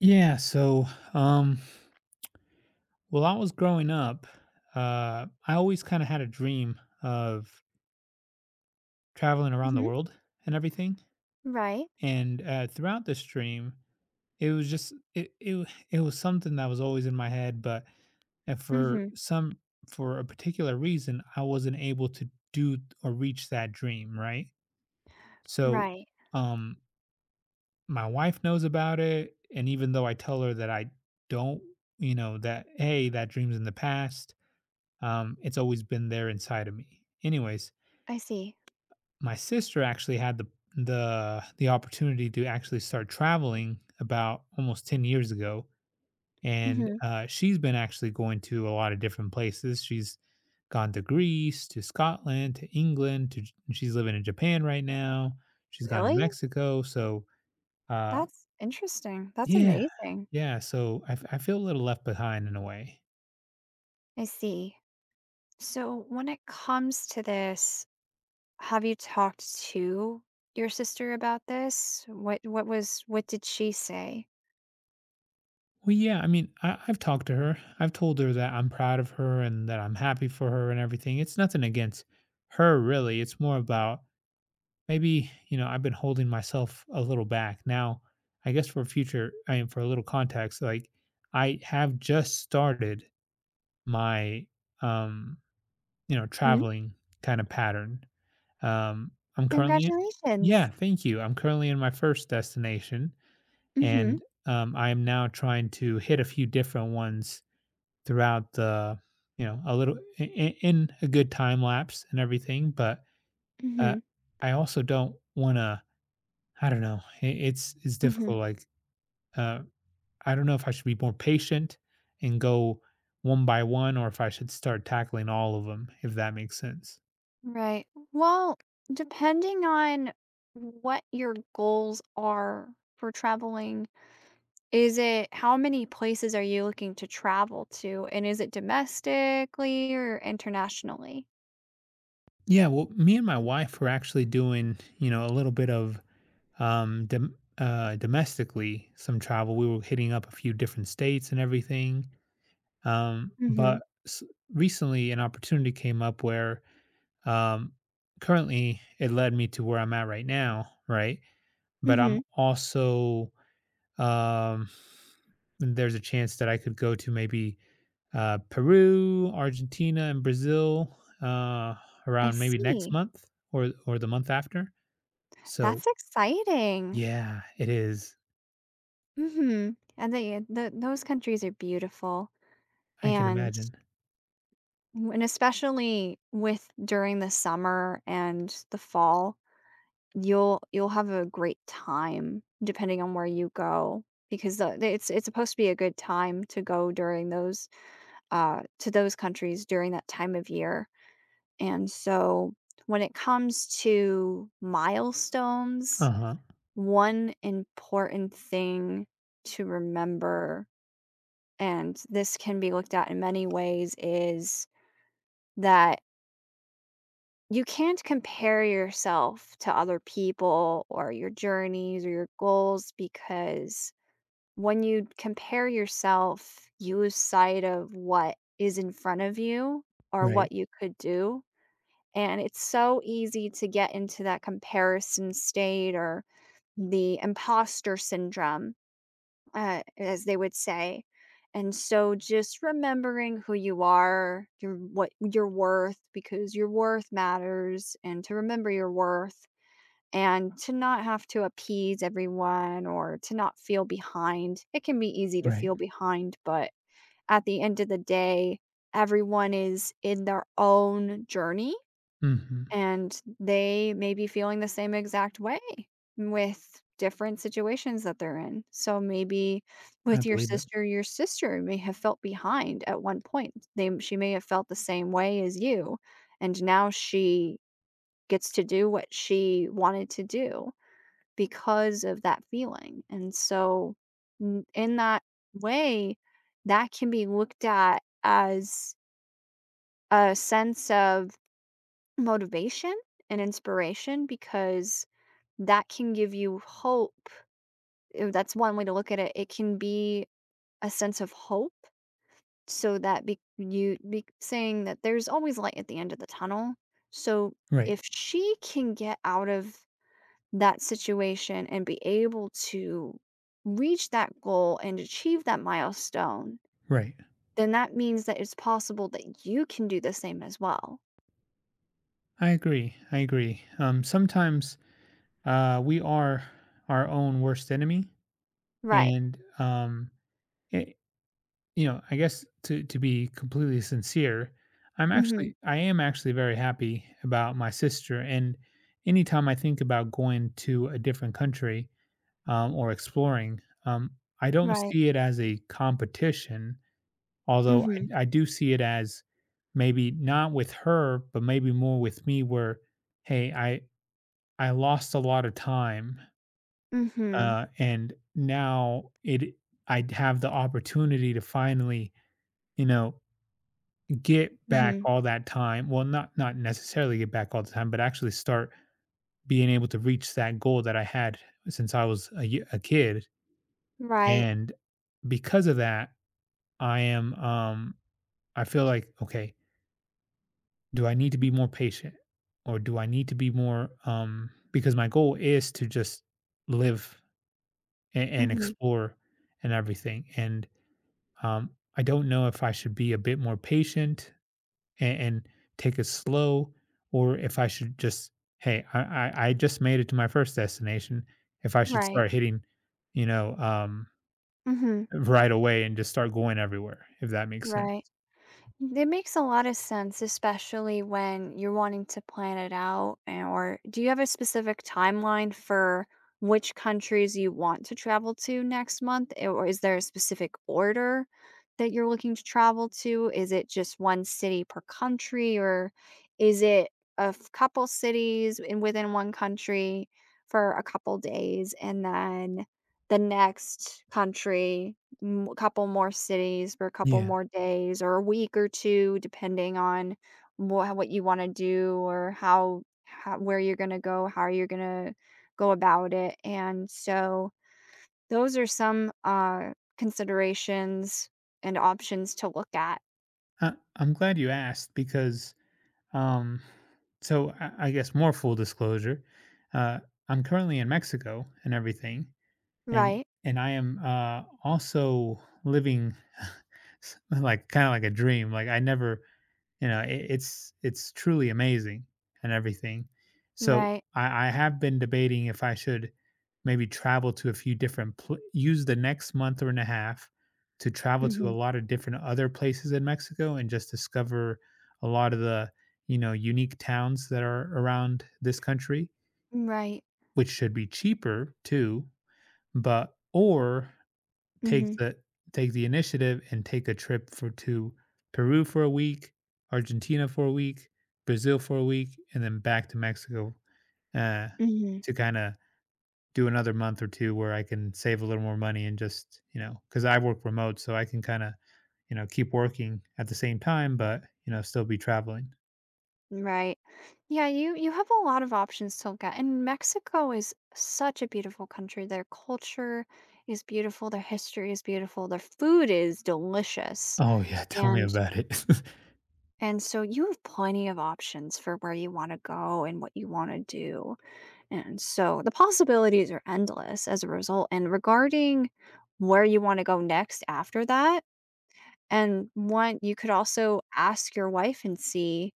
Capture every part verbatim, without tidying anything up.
Yeah, so, um, while I was growing up, uh, I always kinda had a dream of traveling around the Mhm. world and everything, Right. and, uh, throughout this dream, it was just it it it was something that was always in my head, but, uh, for Mhm. some for a particular reason, I wasn't able to do or reach that dream, right? So, Right. um, my wife knows about it, and even though I tell her that I don't, you know, that, "Hey, that dream's in the past." Um, it's always been there inside of me. Anyways, I see. my sister actually had the the the opportunity to actually start traveling about almost ten years ago, and Mhm. uh, she's been actually going to a lot of different places. She's gone to Greece, to Scotland, to England, to J- she's living in Japan right now. She's gone to Really? Mexico. So, uh, That's interesting. That's yeah. amazing. Yeah, so I, f- I feel a little left behind in a way. I see. So, when it comes to this, have you talked to your sister about this? What what was what did she say? Well, yeah, I mean, I, I've talked to her. I've told her that I'm proud of her and that I'm happy for her and everything. It's nothing against her, really. It's more about maybe, you know, I've been holding myself a little back. Now, I guess for future, I mean, for a little context, like I have just started my, um, you know, Mhm. traveling kind of pattern. Um, I'm currently, in- Congratulations. yeah, thank you. I'm currently in my first destination, Mhm. and um, I am now trying to hit a few different ones throughout the, you know, a little in, in a good time lapse and everything. But uh, Mhm. I also don't want to. I don't know. It, it's it's Mhm. difficult. Like uh, I don't know if I should be more patient and go one by one, or if I should start tackling all of them. If that makes sense. Right. Well, depending on what your goals are for traveling. Is it How many places are you looking to travel to, and is it domestically or internationally? Yeah, well, me and my wife were actually doing, you know, a little bit of um dom- uh domestically some travel. We were hitting up a few different states and everything, um Mhm, but s- recently an opportunity came up where, um currently, it led me to where I'm at right now, right? But I'm mhm. also, um there's a chance that I could go to maybe, uh Peru, Argentina, and Brazil, uh I around maybe next see. month or or the month after, so That's exciting. yeah it is. Mhm, and they the those countries are beautiful, I can and imagine. and especially with during the summer and the fall, you'll you'll have a great time depending on where you go, because the the- it's it's supposed to be a good time to go during those uh, to those countries during that time of year. And so when it comes to milestones, Uh-huh. one important thing to remember, and this can be looked at in many ways, is that you can't compare yourself to other people or your journeys or your goals, because when you compare yourself, you lose sight of what is in front of you or what Right, you could do. And it's so easy to get into that comparison state or the imposter syndrome, uh, as they would say. And so just remembering who you are, your what your worth, because your worth matters, and to remember your worth and to not have to appease everyone or to not feel behind. It can be easy to feel right. behind, but at the end of the day, everyone is in their own journey, Mhm. and they may be feeling the same exact way with different situations that they're in. So maybe I with your believe it. sister, your sister may have felt behind at one point. They she may have felt the same way as you, and now she gets to do what she wanted to do because of that feeling. And so n- in that way, that can be looked at as a sense of motivation and inspiration, because that can give you hope. Uh, That's one way to look at it. It can be a sense of hope, so that be- you be saying that there's always light at the end of the tunnel. So Right, if she can get out of that situation and be able to reach that goal and achieve that milestone, right. then that means that it's possible that you can do the same as well. I agree, I agree. Um, sometimes, uh, we are our own worst enemy, Right. and, um, it you know, I guess to to be completely sincere, I'm Mhm. actually I am actually very happy about my sister, and anytime I think about going to a different country, um, or exploring, um, I don't Right. see it as a competition. Although Mhm. I I do see it as maybe not with her, but maybe more with me where, "Hey, I I lost a lot of time, Mhm. uh, and now it I have the opportunity to finally, you know, get back Mhm. all that time." Well, not not necessarily get back all the time, but actually start being able to reach that goal that I had since I was a y a kid, Right. and because of that, I am, um I feel like, "Okay, do I need to be more patient or do I need to be more um because my goal is to just live and, and Mhm. explore and everything." And um I don't know if I should be a bit more patient and, and take it slow, or if I should just, hey, I, I I just made it to my first destination, if I should Right. start hitting, you know, um Mhm. right away and just start going everywhere, if that makes sense. Right. It makes a lot of sense, especially when you're wanting to plan it out. and- Or do you have a specific timeline for which countries you want to travel to next month? i- Or is there a specific order that you're looking to travel to? Is it just one city per country, or is it a f- couple cities in within one country for a couple days, and then the next country, m couple more cities for a couple Yeah. more days or a week or two, depending on what what you wanna do, or how how where you're gonna go, how you're gonna go about it, and so those are some, uh, considerations and options to look at. I I'm glad you asked because, um so I I guess more full disclosure, uh, I'm currently in Mexico and everything, and Right, and I am, uh, also living s like, kinda like a dream, like, I never, you know, it it's it's truly amazing and everything. So, right. I I have been debating if I should maybe travel to a few different pla use the next month or and a half to travel to a Mhm. lot of different other places in Mexico and just discover a lot of the, you know, unique towns that are around this country, Right. which should be cheaper too, but or take Mhm. the take the initiative and take a trip for to Peru for a week, Argentina for a week, Brazil for a week, and then back to Mexico, uh, Mhm. to kinda do another month or two where I can save a little more money and just, you know, because I work remote, so I can kinda, you know, keep working at the same time, but, you know, still be traveling. Right. Yeah, you you have a lot of options to look at. And Mexico is such a beautiful country. Their culture is beautiful, their history is beautiful, their food is delicious. Oh, yeah, tell me And about it. and so you have plenty of options for where you want to go and what you want to do. And so the possibilities are endless as a result. And regarding where you want to go next after that, and one, you could also ask your wife and see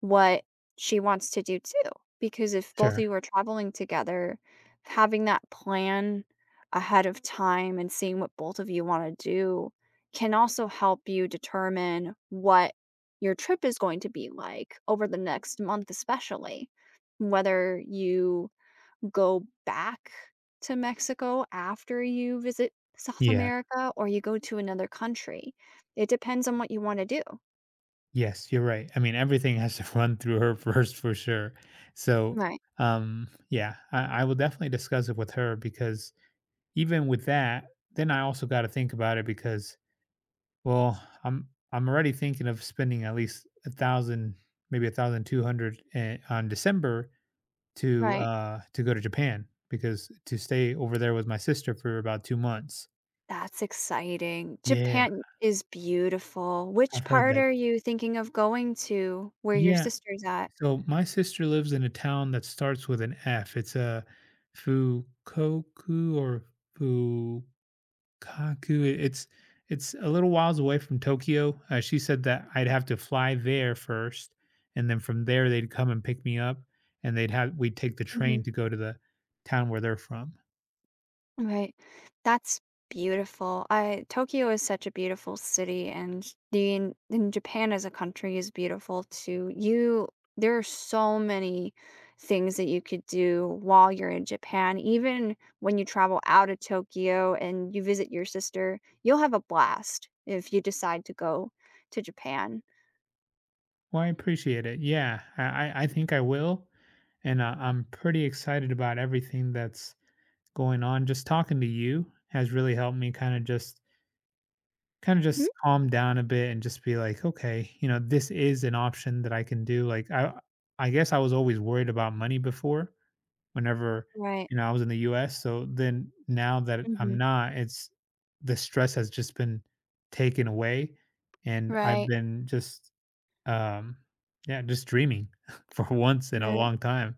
what she wants to do too. Because if both of Sure. you are traveling together, having that plan ahead of time and seeing what both of you want to do can also help you determine what your trip is going to be like over the next month, especially whether you go back to Mexico after you visit South Yeah. America or you go to another country. It depends on what you wanna do. Yes, you're right. I mean, everything has to run through her first for sure. So, Right, um, yeah, I, I will definitely discuss it with her because even with that, then I also got to think about it because, well, I'm I'm already thinking of spending at least a thousand, maybe a thousand two hundred eh, on December to right. uh to go to Japan, because to stay over there with my sister for about two months. That's exciting. Yeah, Japan is beautiful. Which I've heard part that. are you thinking of going to where your Yeah. sister's at? So my sister lives in a town that starts with an F. It's a Fukoku or Fu. Kaku, I it's it's a little whiles away from Tokyo. Uh, she said that I'd have to fly there first, and then from there they'd come and pick me up, and they'd have we'd take the train Mhm. to go to the town where they're from. Right. That's beautiful. I Tokyo is such a beautiful city, and the in, in Japan as a country is beautiful too. You there are so many things that you could do while you're in Japan. Even when you travel out of Tokyo and you visit your sister, you'll have a blast if you decide to go to Japan. Well, I appreciate it. Yeah, I I I think I will. And I, I'm pretty excited about everything that's going on. Just talking to you has really helped me kind of just kind of Mhm. just calm down a bit and just be like, okay, you know, this is an option that I can do. Like I I guess I was always worried about money before whenever, Right. you know, I was in the U S. So then now that I'm Mhm. not, it's the stress has just been taken away and I've Right. been just, um yeah, just dreaming for once in a Right. long time.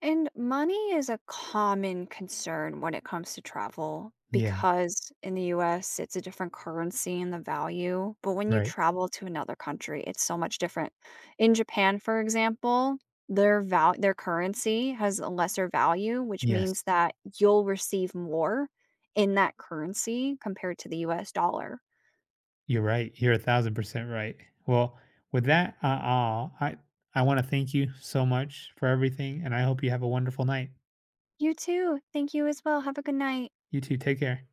And money is a common concern when it comes to travel, Yeah, because in the U S, it's a different currency and the value. But when you right. travel to another country, it's so much different. In Japan, for example, their val- their currency has a lesser value, which Yes, means that you'll receive more in that currency compared to the U S dollar. you're right. You're one thousand percent right. Well, with that, uh, uh, I I want to thank you so much for everything, and I hope you have a wonderful night. You too. Thank you as well. Have a good night. You too. Take care.